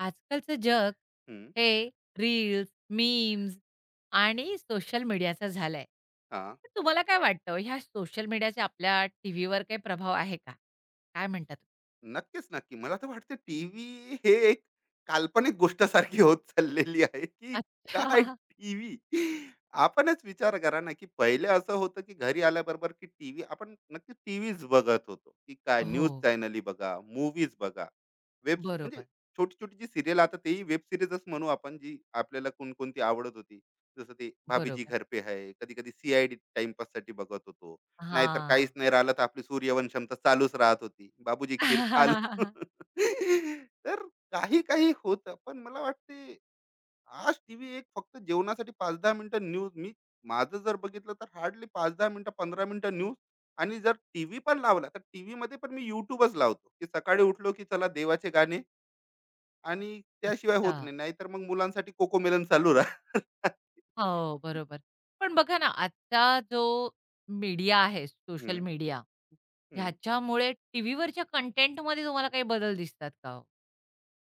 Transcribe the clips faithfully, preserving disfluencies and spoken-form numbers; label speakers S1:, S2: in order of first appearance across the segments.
S1: आजकालचं जग
S2: हं,
S1: हे रील्स, मीम्स आणि सोशल मीडियाचं झालंय.
S2: हां.
S1: तर तुम्हाला काय वाटतं हो, ह्या सोशल मीडियाचा आपल्या टीव्हीवर काही प्रभाव आहे का? काय म्हणतात?
S2: नक्कीच, नक्की. मला तर वाटतं टीव्ही हे एक काल्पनिक गोष्टसारखी होत चाललेली आहे, की काय
S1: अच्छा.
S2: टीव्ही? आपणच विचार करा ना, की पहिले असं होतं, की घरी आल्याबरोबर की टीव्ही आपण नक्की टीव्हीच बघत होतो, की काय
S1: हो.
S2: न्यूज चॅनल बघा, मूव्हीज बघा. वेब म्हणजे
S1: बरोबर,
S2: छोटी-छोटी जी सीरियल आता तेही वेब सीरीजच म्हणू आपण, जी आपल्याला कोणकोणती आवडत होती. जसं ते भाभी जी
S1: बरोबर.
S2: घर पे है, कधी-कधी सी-आय-डी टाईमपाससाठी बघत होतो. नाहीतर काहीच
S1: हां.
S2: नाही राहिलं तर आपली सूर्यवंशम तर चालूच राहत होती. बाबूजी खीर खाल, तर काही-काही होतं. पण मला वाटते आज टीव्ही एक फक्त जेवणासाठी पाच ते दहा मिनिटं न्यूज मी माझं जर बघितलं तर हार्डली पाच ते दहा मिनिटं, पंधरा मिनिटं न्यूज आणि जर टीव्ही पण लावला तर टीव्हीमध्ये पण मी YouTubeच लावतो, की सकाळी उठलो की चला देवाचे गाणे आणि त्याशिवाय
S1: अच्छा.
S2: होत नाही. नाहीतर मग मुलांसाठी कोकोमेलन चालू राहणार.
S1: हो, बरोबर. पण बघा ना, आजचा जो मीडिया आहे,
S2: हं,
S1: सोशल मीडिया,
S2: हं.
S1: ह्याच्यामुळे टीव्हीवरच्या कंटेंटमध्ये तुम्हाला काही बदल दिसतात का हो?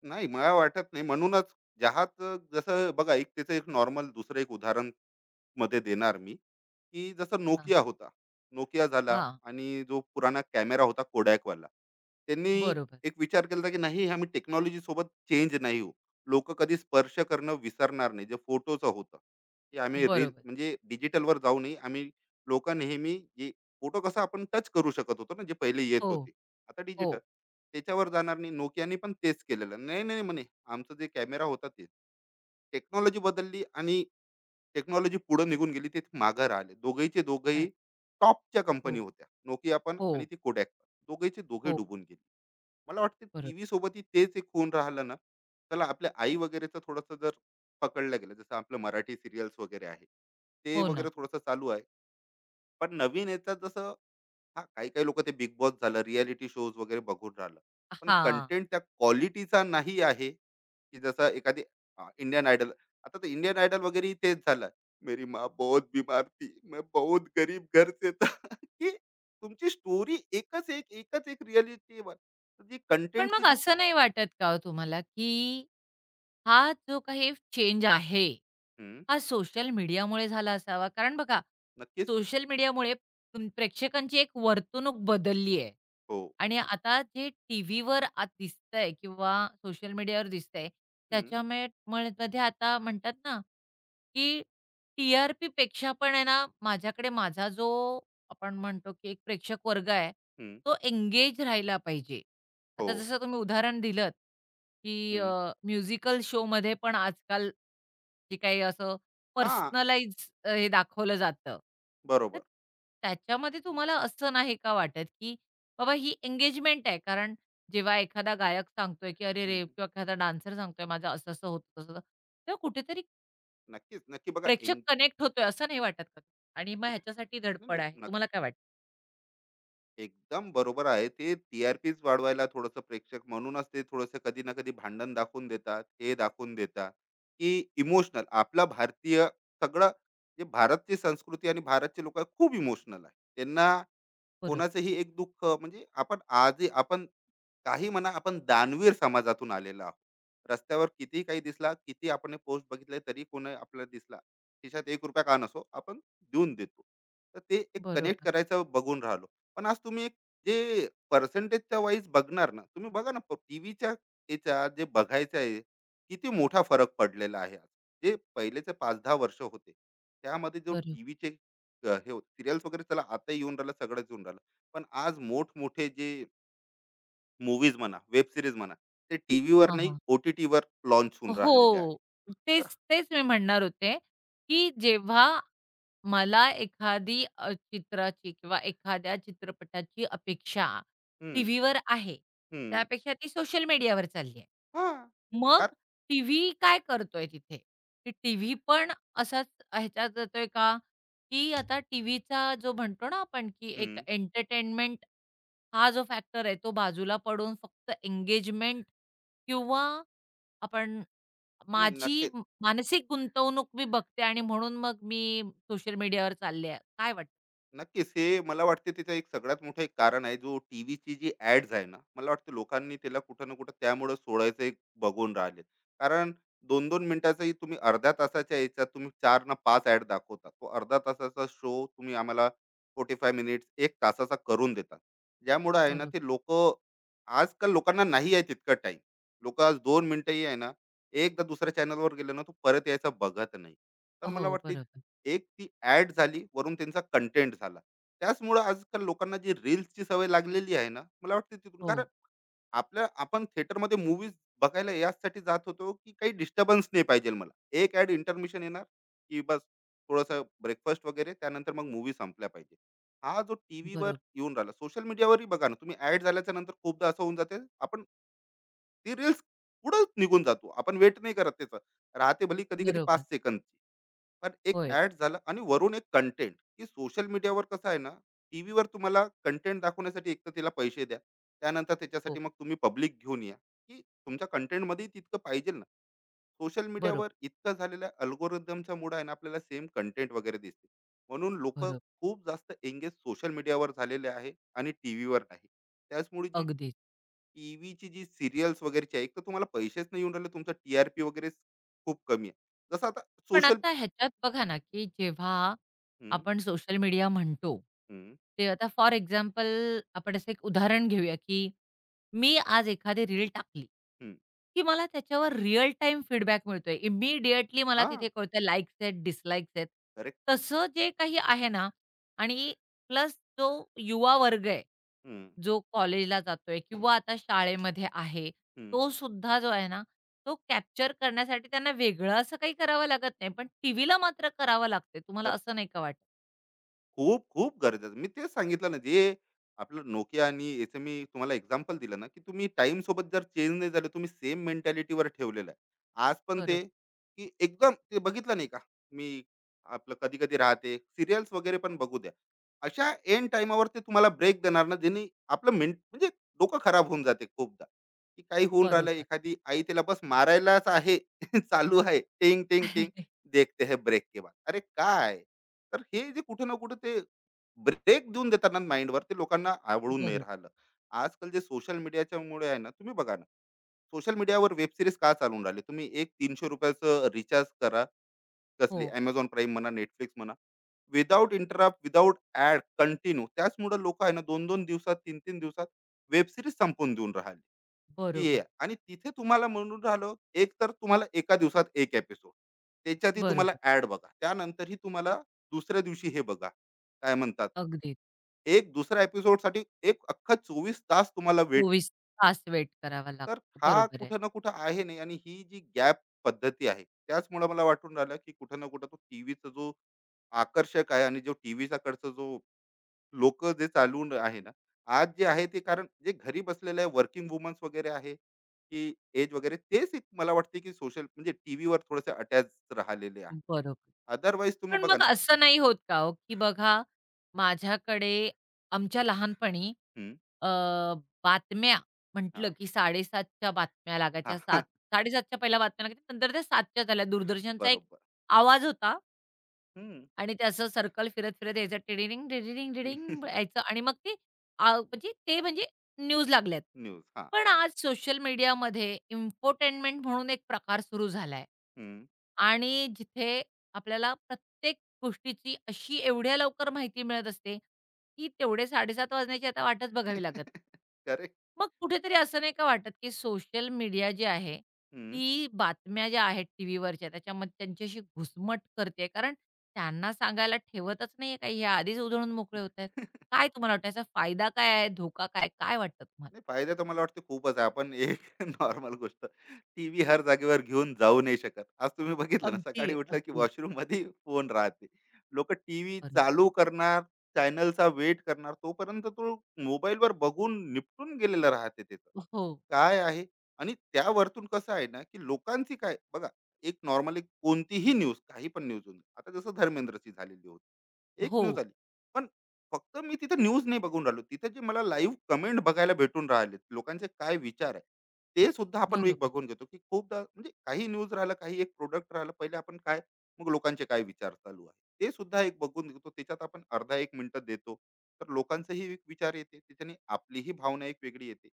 S2: नाही मला वाटत नाही. म्हणूनच चहाचं जसं बघा एक त्याचं एक नॉर्मल दुसरं एक उदाहरण मध्ये देणार मी, की जसं
S1: हां.
S2: Nokia होता. Nokia झाला
S1: हां,
S2: आणि जो पुराणा कॅमेरा होता Kodakवाला. त्यांनी
S1: बरोबर.
S2: एक विचार केला होता, की नाही हे आम्ही टेक्नॉलॉजी सोबत चेंज नाही होऊ. लोकं कधी स्पर्श करणं विसरणार नाही. जे फोटोचं होतं, की आम्ही रील
S1: बरोबर.
S2: म्हणजे डिजिटलवर जाऊ नये. आम्ही लोक नेहमी जे फोटो कसा आपण टच करू शकत होतो ना, जे पहिले येत
S1: हो,
S2: होते. आता डिजिटल.
S1: हो.
S2: त्याच्यावर जाणार नाही. Nokiaने पण तेच केलेलं. नाही, नाही म्हणे आमचा जे कॅमेरा होता तेच. टेक्नॉलॉजी बदलली आणि टेक्नॉलॉजी पुढे निघून गेली ते मागं राहिले दोघेचे दोघेही
S1: राइट.
S2: टॉपच्या कंपनी
S1: हो,
S2: होत्या नोकिया पण
S1: हो,
S2: आणि ती कोडॅक पण दोघेचे दोघे
S1: हो.
S2: डुबून गेली. मला वाटतं
S1: बरोबर.
S2: टीव्ही सोबतही तेच एक होऊन राहिलं ना. चला आपल्या आई वगैरेचं थोडंसं जर पकडलं गेलं जसं आपलं मराठी सिरियल्स वगैरे आहे, ते
S1: हो ना.
S2: वगैरे थोडंसं चालू आहे. पण नवीन याचा जसं हा काही काही लोक ते बिग बॉस झालं रियालिटी शोज वगैरे बघून राहिलं, पण
S1: हां.
S2: कंटेंट त्या क्वालिटीचा नाही आहे की जसं एखादी इंडियन आयडल. आता तर इंडियन आयडल वगैरे तेच झालं. मेरी माँ बहुत बीमार थी मैं बहुत गरीब घर से था, की तुमची स्टोरी एकच एक एकच एक रियालिटीवर जी
S1: पण
S2: कंटेंटची
S1: मग
S2: जी
S1: असं
S2: को-
S1: नाही वाटत का हो तुम्हाला, की हा जो काही चेंज आहे,
S2: हम्म,
S1: हा सोशल मीडियामुळे झाला असावा? कारण बघा,
S2: नक्कीच.
S1: सोशल मीडियामुळे तुम प्रेक्षकांची एक वर्तणूक बदलली आहे
S2: हो.
S1: आणि आता जे टीव्हीवर आ दिसतंय किंवा सोशल मीडियावर दिसतंय,
S2: हम्म,
S1: त्याच्यामुळे मुळे मध्ये आता म्हणतात ना, की टी-आर-पीपेक्षा पण आहे ना, माझ्याकडे माझा जो आपण म्हणतो, की एक प्रेक्षक वर्ग आहे,
S2: हम्म.
S1: तो एंगेज राहिला पाहिजे.
S2: हो.
S1: आता जसं तुम्ही उदाहरण दिलंत, की
S2: हम्म,
S1: अ, शो शोमध्ये पण आजकाल जे काही असं
S2: हा.
S1: पर्सनलाइज अ, हे दाखवलं जातं. तर
S2: बरोबर.
S1: त्याच्यामध्ये तुम्हाला असं नाही का वाटत, की बाबा ही एंगेजमेंट आहे. कारण जेव्हा एखादा गायक सांगतोय, की "अरे
S2: हम्म,
S1: रे!"
S2: हम्म.
S1: किंवा एखादा डान्सर सांगतोय, "माझं असं-असं होतं, तसं-तसं." तेव्हा कुठेतरी
S2: नक्कीच नक्की बघा
S1: प्रेक्षक
S2: एंग-
S1: कनेक्ट होतोय असं नाही वाटत का? आणि मग ह्याच्यासाठी
S2: नाही,
S1: धडपड आहे.
S2: नाही,
S1: तुम्हाला काय वाटतं?
S2: एकदम बरोबर आहे. ते टी-आर-पीच वाढवायला थोडंसं प्रेक्षक म्हणूनच ते थोडंसं कधी ना कधी भांडण दाखवून देतात, हे दाखवून देतात, की इमोशनल आपला भारतीय सगळं जे भारतची संस्कृती आणि भारतचे लोकं खूप इमोशनल आहे. त्यांना
S1: बरोबर,
S2: कोणाचंही एक दुःख म्हणजे आपण आजही आपण काही म्हणा आपण दानवीर समाजातून आलेलो आहोत. रस्त्यावर किती काही दिसला किती आपण पोस्ट बघितले तरी कोणी आपल्याला दिसला, खिशात एक रुपया का नसो आपण देऊन देतो. तर ते एक कनेक्ट
S1: बरोबर,
S2: करायचं बघून राहिलो. पण आज तुम्ही एक जे पर्सेंटेजच्या वाईज बघणार ना, तुम्ही बघा ना टीव्हीच्या याच्या जे बघायचं आहे किती मोठा फरक पडलेला आहे. आज जे पहिलेचे पाच दहा वर्ष होते, त्यामध्ये जो
S1: बरोबर.
S2: टीव्हीचे हे होते सिरियल्स वगैरे, चला आता येऊन राहिलं सगळंच येऊन राहिलं. पण आज मोठमोठे जे मूवीज म्हणा, वेब सीरीज म्हणा, ते टीव्ही वर नाही,
S1: हां,
S2: ओ-टी-टीवर लॉन्च होऊन राहिलेले आहे.
S1: हो.
S2: तर
S1: तेच, तेच मी म्हणणार होते, की जेव्हा मला एखादी अ, चित्राची किंवा एखाद्या चित्रपटाची अपेक्षा
S2: हं,
S1: टीव्हीवर आहे,
S2: हं.
S1: त्यापेक्षा ती सोशल मीडियावर चालली आहे.
S2: हां.
S1: मग
S2: का?
S1: टीव्ही काय करतोय तिथे? की टीव्ही पण असाच ह्याच्यात जातोय का? की आता टीव्हीचा जो म्हणतो ना आपण, की एक
S2: हं.
S1: एंटरटेनमेंट हा जो फॅक्टर आहे, तो बाजूला पडून फक्त एंगेजमेंट किंवा आपण
S2: नाही,
S1: माझी
S2: नक्की.
S1: म मानसिक गुंतवणूक मी बघते आणि म्हणून मग मी सोशल मीडियावर चालले आहे. काय वाटतं?
S2: नक्कीच. हे मला वाटते त्याचं एक सगळ्यात मोठं एक कारण आहे, जो टीव्हीची जी ॲड्स आहे ना, मला वाटतं लोकांनी त्याला कुठं ना कुठं त्यामुळं सोडायचं एक बघून राहिले. कारण दोन दोन मिनिटाचाही तुम्ही अर्ध्या तासाच्या याच्यात तुम्ही चार ना पाच ॲड दाखवता. तो अर्धा तासाचा शो तुम्ही आम्हाला पंचेचाळीस मिनिट्स, एक तासाचा करून देतात. ज्यामुळं आहे ना,
S1: बरोबर.
S2: ते लोकं आजकाल लोकांना नाही आहे तितका टाईम. लोकं आज दोन मिनिटंही आहे ना, एकदा दुसऱ्या चॅनलवर गेले ना, तो परत यायचा बघत नाही. तर
S1: हो,
S2: मला वाटते
S1: बरोबर.
S2: एक ती ॲड झाली, वरून त्यांचा कंटेंट झाला. त्याचमुळं आजकाल लोकांना जी रील्सची सवय लागलेली आहे ना, मला वाटतं तिथून कारण
S1: हो,
S2: आपल्या आपण थिएटरमध्ये मूव्हीज बघायला याचसाठी जात होतो, की काही डिस्टर्बन्स नाही पाहिजे मला. एक ॲड इंटरमिशन येणार, की बस थोडंसं ब्रेकफास्ट वगैरे त्यानंतर मग मूव्ही संपल्या पाहिजे. हा जो टीव्हीवर
S1: बरोबर.
S2: येऊन राहिला, सोशल मीडियावरही बघा ना, तुम्ही ॲड झाल्याच्या नंतर खूपदा असं होऊन जाते, आपण ती रील्स पुढंच निघून जातो. आपण वेट नाही करत त्याचा. राहते भली कधी-कधी
S1: बरोबर.
S2: पाच सेकंदची. पण एक
S1: होय.
S2: ऍड झालं आणि वरून एक कंटेंट की सोशल मीडियावर कसं आहे ना, टीव्हीवर तुम्हाला कंटेंट दाखवण्यासाठी एक तर तिला पैसे द्या, त्यानंतर
S1: हो,
S2: त्याच्यासाठी मग तुम्ही पब्लिक घेऊन या, की तुमच्या कंटेंटमध्ये तितकं पाहिजे ना. सोशल मीडियावर
S1: बरोबर,
S2: इतकं झालेल्या अल्गोरिदमच्या मुळे आहे ना, आपल्याला सेम कंटेंट वगैरे दिसते, म्हणून लोक
S1: बरोबर.
S2: खूप जास्त एंगेज सोशल मीडियावर झालेले आहे आणि टी व्हीवर नाही. त्याचमुळे जी
S1: अगदीच.
S2: टी व्हीची जी सिरियल्स वगैरेची आहे, एक तर तुम्हाला पैसेच नाही येऊन राहिले, तुमचं टी आर पी वगैरे खूप कमी आहे जसं आता
S1: पण
S2: सोशल.
S1: आता ह्याच्यात बघा ना, की जेव्हा आपण सोशल मीडिया म्हणतो, ते आता फॉर एक्झाम्पल आपण असं एक उदाहरण घेऊया, की मी आज एखादी रील टाकली, की मला त्याच्यावर रिअल टाईम फीडबॅक मिळतोय. इमिडिएटली मला
S2: हां,
S1: तिथे कळतं लाईक्स आहेत, डिसलाईक्स आहेत.
S2: करेक्ट.
S1: तसं जे काही आहे ना आणि प्लस जो युवा वर्ग आहे,
S2: हं,
S1: जो कॉलेजला जातोय किंवा आता शाळेमध्ये आहे,
S2: हं.
S1: तो सुद्धा जो आहे ना, तो कॅप्चर करण्यासाठी त्यांना वेगळं असं काही करावं लागत नाही. पण टीव्हीला मात्र करावं लागते. तुम्हाला
S2: तर,
S1: असं नाही का वाटत?
S2: खूप खूप गरजेचं. मी तेच सांगितलं ना, जे आपलं Nokia आणि याचं मी तुम्हाला एक्झाम्पल दिलं ना, की तुम्ही टाइम सोबत जर चेंज नाही झाले, तुम्ही सेम मेंटॅलिटीवर ठेवलेलं आहे. आज पण
S1: बरोबर,
S2: ते, की एकदम ते बघितलं नाही का, मी आपलं कधी-कधी राहते, सीरियल्स वगैरे पण बघू द्या. अशा एंड टाईमावर ते तुम्हाला ब्रेक देणार ना, ज्याने आपलं मेंट म्हणजे डोकं खराब होऊन जाते खूपदा, की काही होऊन राहिलं,
S1: बरोबर.
S2: एखादी आई तिला बस मारायलाच आहे, चालू आहे, टिंग, टिंग, टिंग, देखते है ब्रेक के बाद. अरे काय? तर हे जे कुठे ना कुठे ते ब्रेक देऊन देतात माइंडवर ते लोकांना आवडून नाही
S1: बरोबर.
S2: राहिलं. आजकाल जे सोशल मीडियाच्या मुळे आहे ना, तुम्ही बघा ना, सोशल मीडियावर वेब सीरीज का चालून राहिली. तुम्ही एक ₹तीनशे रिचार्ज करा, कसली
S1: हो,
S2: Amazon Prime म्हणा, Netflix म्हणा, without interrupt, without ad continue. त्याचमुळे लोकं आहे ना दोन दोन दिवसात, तीन तीन दिवसात वेब सीरीज संपवून देऊन राहिले. की हे
S1: बरोबर,
S2: आहे. आणि तिथे तुम्हाला म्हणून राहिलो, एक तर तुम्हाला एका दिवसात एक एपिसोड, त्याच्यातही तुम्हाला
S1: बरोबर.
S2: ऍड बघा, त्यानंतरही तुम्हाला दुसऱ्या दिवशी हे बघा, काय म्हणतात,
S1: अगदीच.
S2: एक दुसऱ्या एपिसोड साठी एक अख्खा चोवीस तास तुम्हाला वेट.
S1: चोवीस तास वेट करावा
S2: तर
S1: लागतो.
S2: हा
S1: बरोबर आहे.
S2: कुठं ना कुठं आहे नाही, आणि ही जी गॅप पद्धती आहे त्याचमुळे मला वाटून राहिलं की कुठं ना कुठं तो टीव्हीचा जो आकर्षक आहे, आणि जो टीव्हीचा कडचा जो लोक जे चालून आहे ना, आज जे आहे ते कारण जे घरी बसलेले आहे वर्किंग वुमन्स वगैरे आहे, की एज वगैरे, तेच एक मला वाटते की सोशल म्हणजे टीव्हीवर थोडेसे अटॅच राहिलेले आहे.
S1: बरोबर.
S2: अदरवाईज तुम्ही
S1: पण
S2: बघा
S1: मग
S2: ना.
S1: असं नाही होत का हो, की बघा माझ्याकडे आमच्या लहानपणी
S2: हम्म,
S1: अ, बातम्या म्हटलं,
S2: हा.
S1: की 7:30च्या बातम्या
S2: हा
S1: लागायच्या.
S2: हा.
S1: सात 7:30च्या पहिल्या बातम्या लागायच्या. नंतर त्या 7:00च्या झाल्या. दूरदर्शनचा एक
S2: बरोबर.
S1: आवाज होता.
S2: हम्म,
S1: आणि ते असं सर्कल फिरत-फिरत यायचं टिडिडिंग, टिडिडिंग,
S2: ती-
S1: टिडिंग यायचं आणि मग ते आ म्हणजे ते म्हणजे न्यूज लागल्यात.
S2: न्यूज. हा.
S1: पण आज सोशल मीडियामध्ये इन्फोटेनमेंट म्हणून एक प्रकार सुरू झालाय. आणि जिथे आपल्याला प्रत्येक गोष्टीची अशी एवढ्या लवकर माहिती मिळत असते, की तेवढे साडेसात वाजण्याची आता वाटच बघावी लागत नाही.
S2: करेक्ट.
S1: मग कुठेतरी असं नाही का वाटत, की सोशल मीडिया जी आहे, ती बातम्या ज्या आहेत टीव्हीवरच्या त्याच्यामध्ये त्यांच्याशी घुसमट करते कारण त्यांना सांगायला ठेवतच नाहीये काही. हे आधीच उधळून मोकळे होतायत. काय तुम्हाला वाटतं याचा फायदा काय आहे? धोका काय? काय वाटतं तुम्हाला?
S2: नाही, फायदा तर मला वाटतं खूपच आहे. आपण एक नॉर्मल गोष्ट, टीव्ही हर जागेवर घेऊन जाऊ नाही शकत. आज तुम्ही बघितलं ना,
S1: अगदी,
S2: सकाळी उठलं की
S1: अगदी.
S2: वॉशरूम मध्ये फोन राहते. लोक टीव्ही
S1: बरोबर.
S2: चालू करणार, चॅनलचा वेट करणार तोपर्यंत तो मोबाईलवर बघून निपटून गेलेला राहते त्याचं.
S1: हो,
S2: काय आहे, आणि त्यावरतून कसं आहे ना की लोकांची काय बघा, एक नॉर्मली कोणतीही न्यूज काही पण न्यूज होऊन आता जसं धर्मेंद्रची झालेली होती. एक
S1: हो.
S2: न्यूज आली. पण फक्त मी तिथे न्यूज नाही बघून राहिलो. तिथे जे मला लाईव्ह कमेंट बघायला भेटून राहिले, लोकांचे काय विचार आहे, ते सुद्धा आपण एक
S1: बरोबर.
S2: बघून घेतो, की खूपदा म्हणजे काही न्यूज राहिलं, काही एक प्रोडक्ट राहिलं, पहिले आपण काय, मग लोकांचे काय विचार चालू आहे. ते सुद्धा एक बघून घेतो. त्याच्यात आपण अर्धा एक मिनिटं देतो. तर लोकांचेही एक विचार येते. त्याच्याने आपलीही भावना एक वेगळी येते.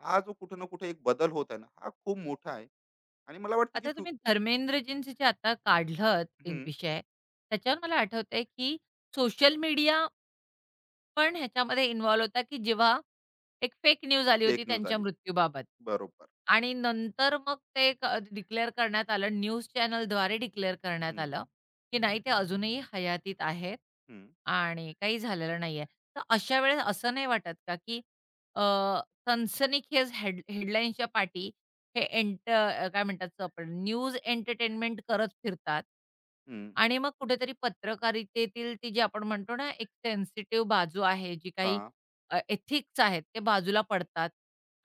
S2: हा जो कुठे ना कुठे एक बदल होत आहे ना, हा खूप मोठा आहे आणि मला वाटतं की
S1: आता तुम्ही धर्मेंद्रजींचं जे आता काढलत विषय त्याच्यावर मला आठवतंय, की सोशल मीडिया पण ह्याच्यामध्ये इन्व्हॉल्व होता, की जेव्हा एक फेक न्यूज आली
S2: फेक
S1: होती
S2: न्यूज
S1: त्यांच्या
S2: आली.
S1: मृत्यूबाबत
S2: बरोबर.
S1: आणि नंतर मग ते क डिक्लेअर करण्यात आलं, न्यूज चॅनलद्वारे डिक्लेअर करण्यात
S2: हं,
S1: आलं, की नाही ते अजूनही हयातीत आहेत
S2: हं,
S1: आणि काही झालेलं नाहीये. तर अशा वेळेस असं नाही वाटत का, की अ, सनसनीखेज हेड हेडलाईन्सच्या पाठी हे एंट अ, काय म्हणतात ते आपण न्यूज एंटरटेनमेंट करत फिरतात
S2: हं.
S1: आणि मग कुठेतरी पत्रकारितेतील ती जी आपण म्हणतो ना, एक सेन्सिटिव्ह बाजू आहे, जी काही
S2: हां.
S1: अ, एथिक्स आहेत, ते बाजूला पडतात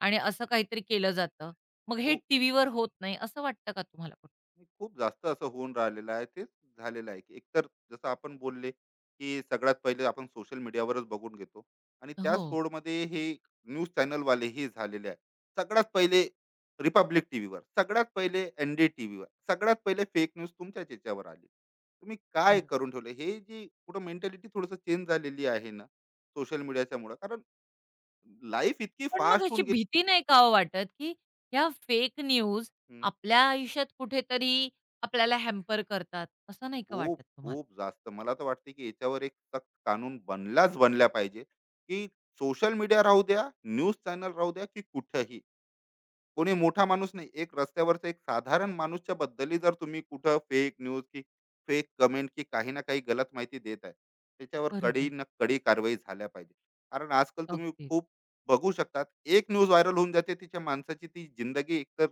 S1: आणि असं काहीतरी केलं जातं. मग हे
S2: हो.
S1: टीव्हीवर होत नाही, असं वाटतं का तुम्हाला कुठे?
S2: आणि खूप जास्त असं होऊन राहिलेलं आहे, तेच झालेलं आहे की एकतर जसं आपण बोलले की सगळ्यात पहिले आपण सोशल मीडियावरच बघून घेतो आणि त्या
S1: हो,
S2: सोडमध्ये हे न्यूज चॅनलवाले हे झालेले आहे, सगळ्यात पहिले रिपब्लिक टीव्हीवर सगळ्यात पहिले एन डी टीव्हीवर सगळ्यात पहिले फेक न्यूज तुमच्याच याच्यावर आली, तुम्ही काय
S1: बरं.
S2: करून ठेवले, हे जी कुठं मेंटॅलिटी थोडंसं चेंज झालेली आहे ना सोशल मीडियाच्या मुळे, कारण लाईफ इतकी
S1: पण मग
S2: फास्ट
S1: अशी
S2: होऊन
S1: भीती नाही का ओ वाटत, की ह्या फेक न्यूज
S2: गेली.
S1: आपल्या आयुष्यात कुठेतरी आपल्याला हॅम्पर करतात, असं नाही का
S2: खूप
S1: वाटत
S2: खूप
S1: तुम्हाला?
S2: जास्त मला तर वाटते की याच्यावर एक सक्त कानून बनलाच बनला पाहिजे की सोशल मीडिया राहू द्या, न्यूज चॅनल राहू द्या, की कुठंही कोणी मोठा माणूस नाही, एक रस्त्यावरचा एक साधारण माणूसच्या बद्दलही जर तुम्ही कुठं फेक न्यूज की फेक कमेंट की काही ना काही गलत माहिती देत आहे, त्याच्यावर कडी
S1: बरोबर.
S2: ना कडी कारवाई झाल्या पाहिजे. कारण आजकाल तुम्ही
S1: अगदीच.
S2: खूप बघू शकतात, एक न्यूज व्हायरल होऊन जाते, तिच्या माणसाची ती जिंदगी एकतर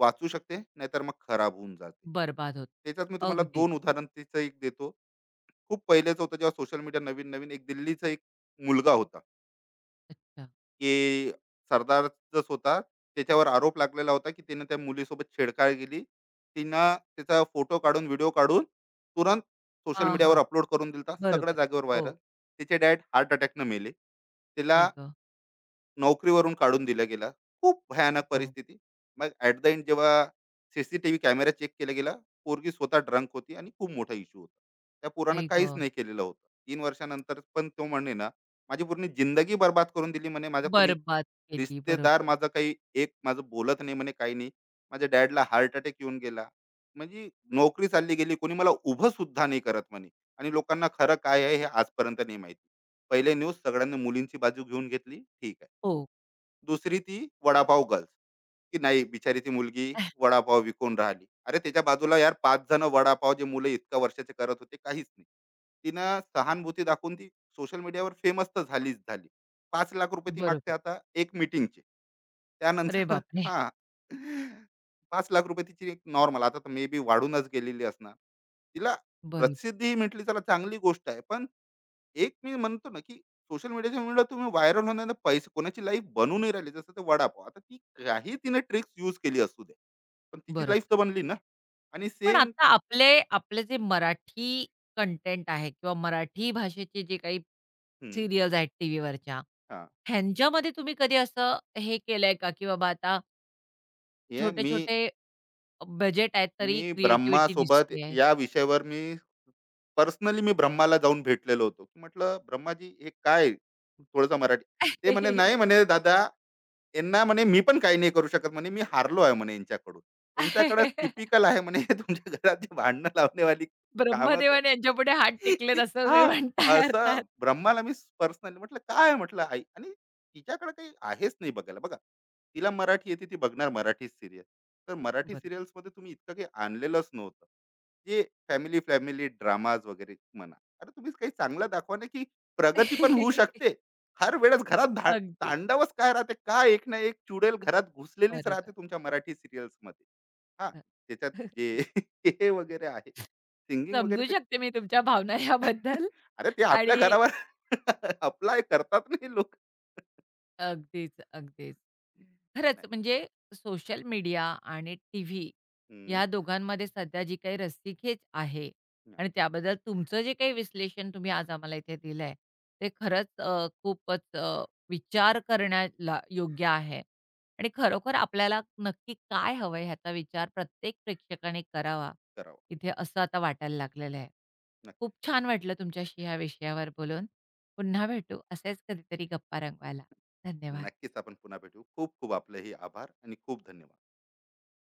S2: वाचू शकते, नाहीतर मग खराब होऊन जाते.
S1: बरबाद होत.
S2: त्याच्यात मी तुम्हाला
S1: अगदीच.
S2: दोन उदाहरण तिचं एक देतो. खूप पहिलेचं होतं जेव्हा सोशल मीडिया नवीन-नवीन, एक दिल्लीचा एक मुलगा होता.
S1: अच्छा.
S2: की सरदारच होता. त्याच्यावर आरोप लागलेला होता, की त्यानं त्या मुलीसोबत छेडछाड केली. तिनं त्याचा फोटो काढून, व्हिडिओ काढून तुरंत सोशल
S1: हां,
S2: मीडियावर
S1: हां.
S2: अपलोड करून दिलता, होता. सगळ्या
S1: बरोबर.
S2: जागेवर
S1: हो.
S2: व्हायरल. तिचे डॅड हार्ट अटॅकनं मेले.
S1: आई
S2: तिला
S1: गं!
S2: नोकरीवरून काढून दिलं गेलं. खूप भयानक
S1: हो.
S2: परिस्थिती. मग ॲट द एंड जेव्हा सीसीटीव्ही कॅमेरा चेक केला गेला, पोरगी स्वतः ड्रंक होती आणि खूप मोठा इश्यू होता. त्या पोरानं
S1: आई
S2: काहीच
S1: गं!
S2: नाही केलेलं होतं. तीन वर्षानंतर पण तो म्हणे ना, माझी पूर्ण जिंदगी बरबाद करून दिली म्हणे. माझा कोणी
S1: बरबाद केली.
S2: रिश्तेदार
S1: बरोबर.
S2: माझा काही एक माझं बोलत नाही म्हणे, काही नाही. माझ्या डॅडला हार्ट अटॅक येऊन गेला. म्हणजे नोकरी चालली गेली. कोणी मला उभं सुद्धा नाही करत म्हणे, आणि लोकांना खरं काय आहे हे आजपर्यंत नाही माहिती. पहिले न्यूज सगळ्यांनी मुलींची बाजू घेऊन घेतली, ठीक आहे.
S1: हो.
S2: दुसरी ती वडापाव गर्ल्स, की नाही बिचारी ती मुलगी वडापाव विकून राहिली. अरे त्याच्या बाजूला यार पाच जणं वडापाव जे मुलं इतक्या वर्षाचे करत होते काहीच नाही. तिनं सहानुभूती दाखवून ती सोशल मीडियावर फेमस तर झालीच झाली. ₹पाच,लाख ती मागते
S1: बरोबर.
S2: आता एक मीटिंगचे.
S1: अरे
S2: त्यानंतर
S1: बापरे!
S2: हां. ₹पाच,लाख तिची एक नॉर्मल, आता तर मे बी वाढूनच गेलेली असणार. तिला
S1: बरोबर,
S2: प्रसिद्धी म्हटली, चला चांगली गोष्ट आहे. पण एक मी म्हणतो ना, की सोशल मीडियाच्यामुळे तुम्ही व्हायरल होण्याने पैसे कोणाची लाईफ बनू नाही राहिली. जसं ते वडापाव. आता ती काही तिने ट्रिक्स यूज केली असू दे, पण तिची लाईफ
S1: बरोबर.
S2: तर बनली ना. आणि
S1: पण
S2: सेम
S1: आता आपले आपले जे मराठी कंटेंट आहे किंवा मराठी भाषेचे जे काही
S2: हं,
S1: सीरियल्स आहेत टीव्हीवरच्या, ह्यांच्यामध्ये तुम्ही कधी असं हे केलंय का, की बाबा आता
S2: हे मी
S1: छोटे-छोटे बजेट आहेत
S2: मी
S1: तरी
S2: ब्रह्मा
S1: क्रिएटिव्हिटी
S2: सोबत
S1: दिसतेय?
S2: या विषयावर मी पर्सनली मी ब्रह्माला जाऊन भेटलेलो होतो. की म्हटलं, "ब्रह्माजी हे काय थोडंसं मराठी." ते म्हणे, "नाही म्हणे दादा त्यांना म्हणे मी पण काही नाही करू शकत म्हणे मी हारलो आहे म्हणे यांच्याकडून. यांच्याकडे टिपिकल आहे म्हणे तुमच्या घरात जे भांडणं लावण्यावाली कामं कर.
S1: ब्रह्मदेवाने यांच्यापुढे हात टेकलेत असं तुम्ही
S2: हां,
S1: म्हणताय
S2: असं
S1: अर्थात.
S2: ब्रह्माला मी पर्सनली म्हटलं, "काय आहे?" म्हटलं, "आई" आणि तिच्याकडे काही आहेच नाही बघायला. बघा, तिला मराठी येते, ती बघणार मराठी सीरियल. तर मराठी
S1: बरोबर.
S2: सीरियल्समध्ये तुम्ही इतकं काही आणलेलंच नव्हतं. जे फॅमिली-फॅमिली ड्रामाज वगैरे म्हणा. अरे तुम्हीच काही चांगलं दाखवा ना, की प्रगती पण होऊ शकते. हर वेळेस घरात
S1: अगदीच.
S2: तांडवच काय राहते का, एक ना एक चुडेल घरात घुसलेलीच राहते
S1: बरोबर.
S2: तुमच्या मराठी सिरियल्स मध्ये. हा त्याच्यात
S1: हं.
S2: जे हे वगैरे आहे, सिंगिंग वगैरे
S1: समजू
S2: ते
S1: शकते मी तुमच्या भावना याबद्दल
S2: अरे ते आपल्या
S1: आणि
S2: घरावर अप्लाय करतात नाही लोक.
S1: अगदीच, अगदीच. खरंच
S2: नाही.
S1: म्हणजे सोशल मीडिया आणि टीव्ही
S2: हम्म,
S1: ह्या दोघांमध्ये सध्या जी काही रस्सीखेच आहे
S2: हा,
S1: आणि त्याबद्दल तुमचं जे काही विश्लेषण तुम्ही आज आम्हाला इथे दिलंय, ते खरंच अ, खूपच अ, विचार करण्याला योग्य आहे आणि खरोखर आपल्याला नक्की काय हवंय ह्याचा विचार प्रत्येक प्रेक्षकाने करावा,
S2: करावं.
S1: इथे असं आता वाटायला लागलेलं आहे.
S2: नक्कीच.
S1: खूप छान वाटलं तुमच्याशी ह्या विषयावर बोलून. पुन्हा भेटू असेच कधीतरी गप्पा रंगवायला. धन्यवाद.
S2: नक्कीच आपण पुन्हा भेटू. खूप खूप आपले आभार आणि खूप धन्यवाद.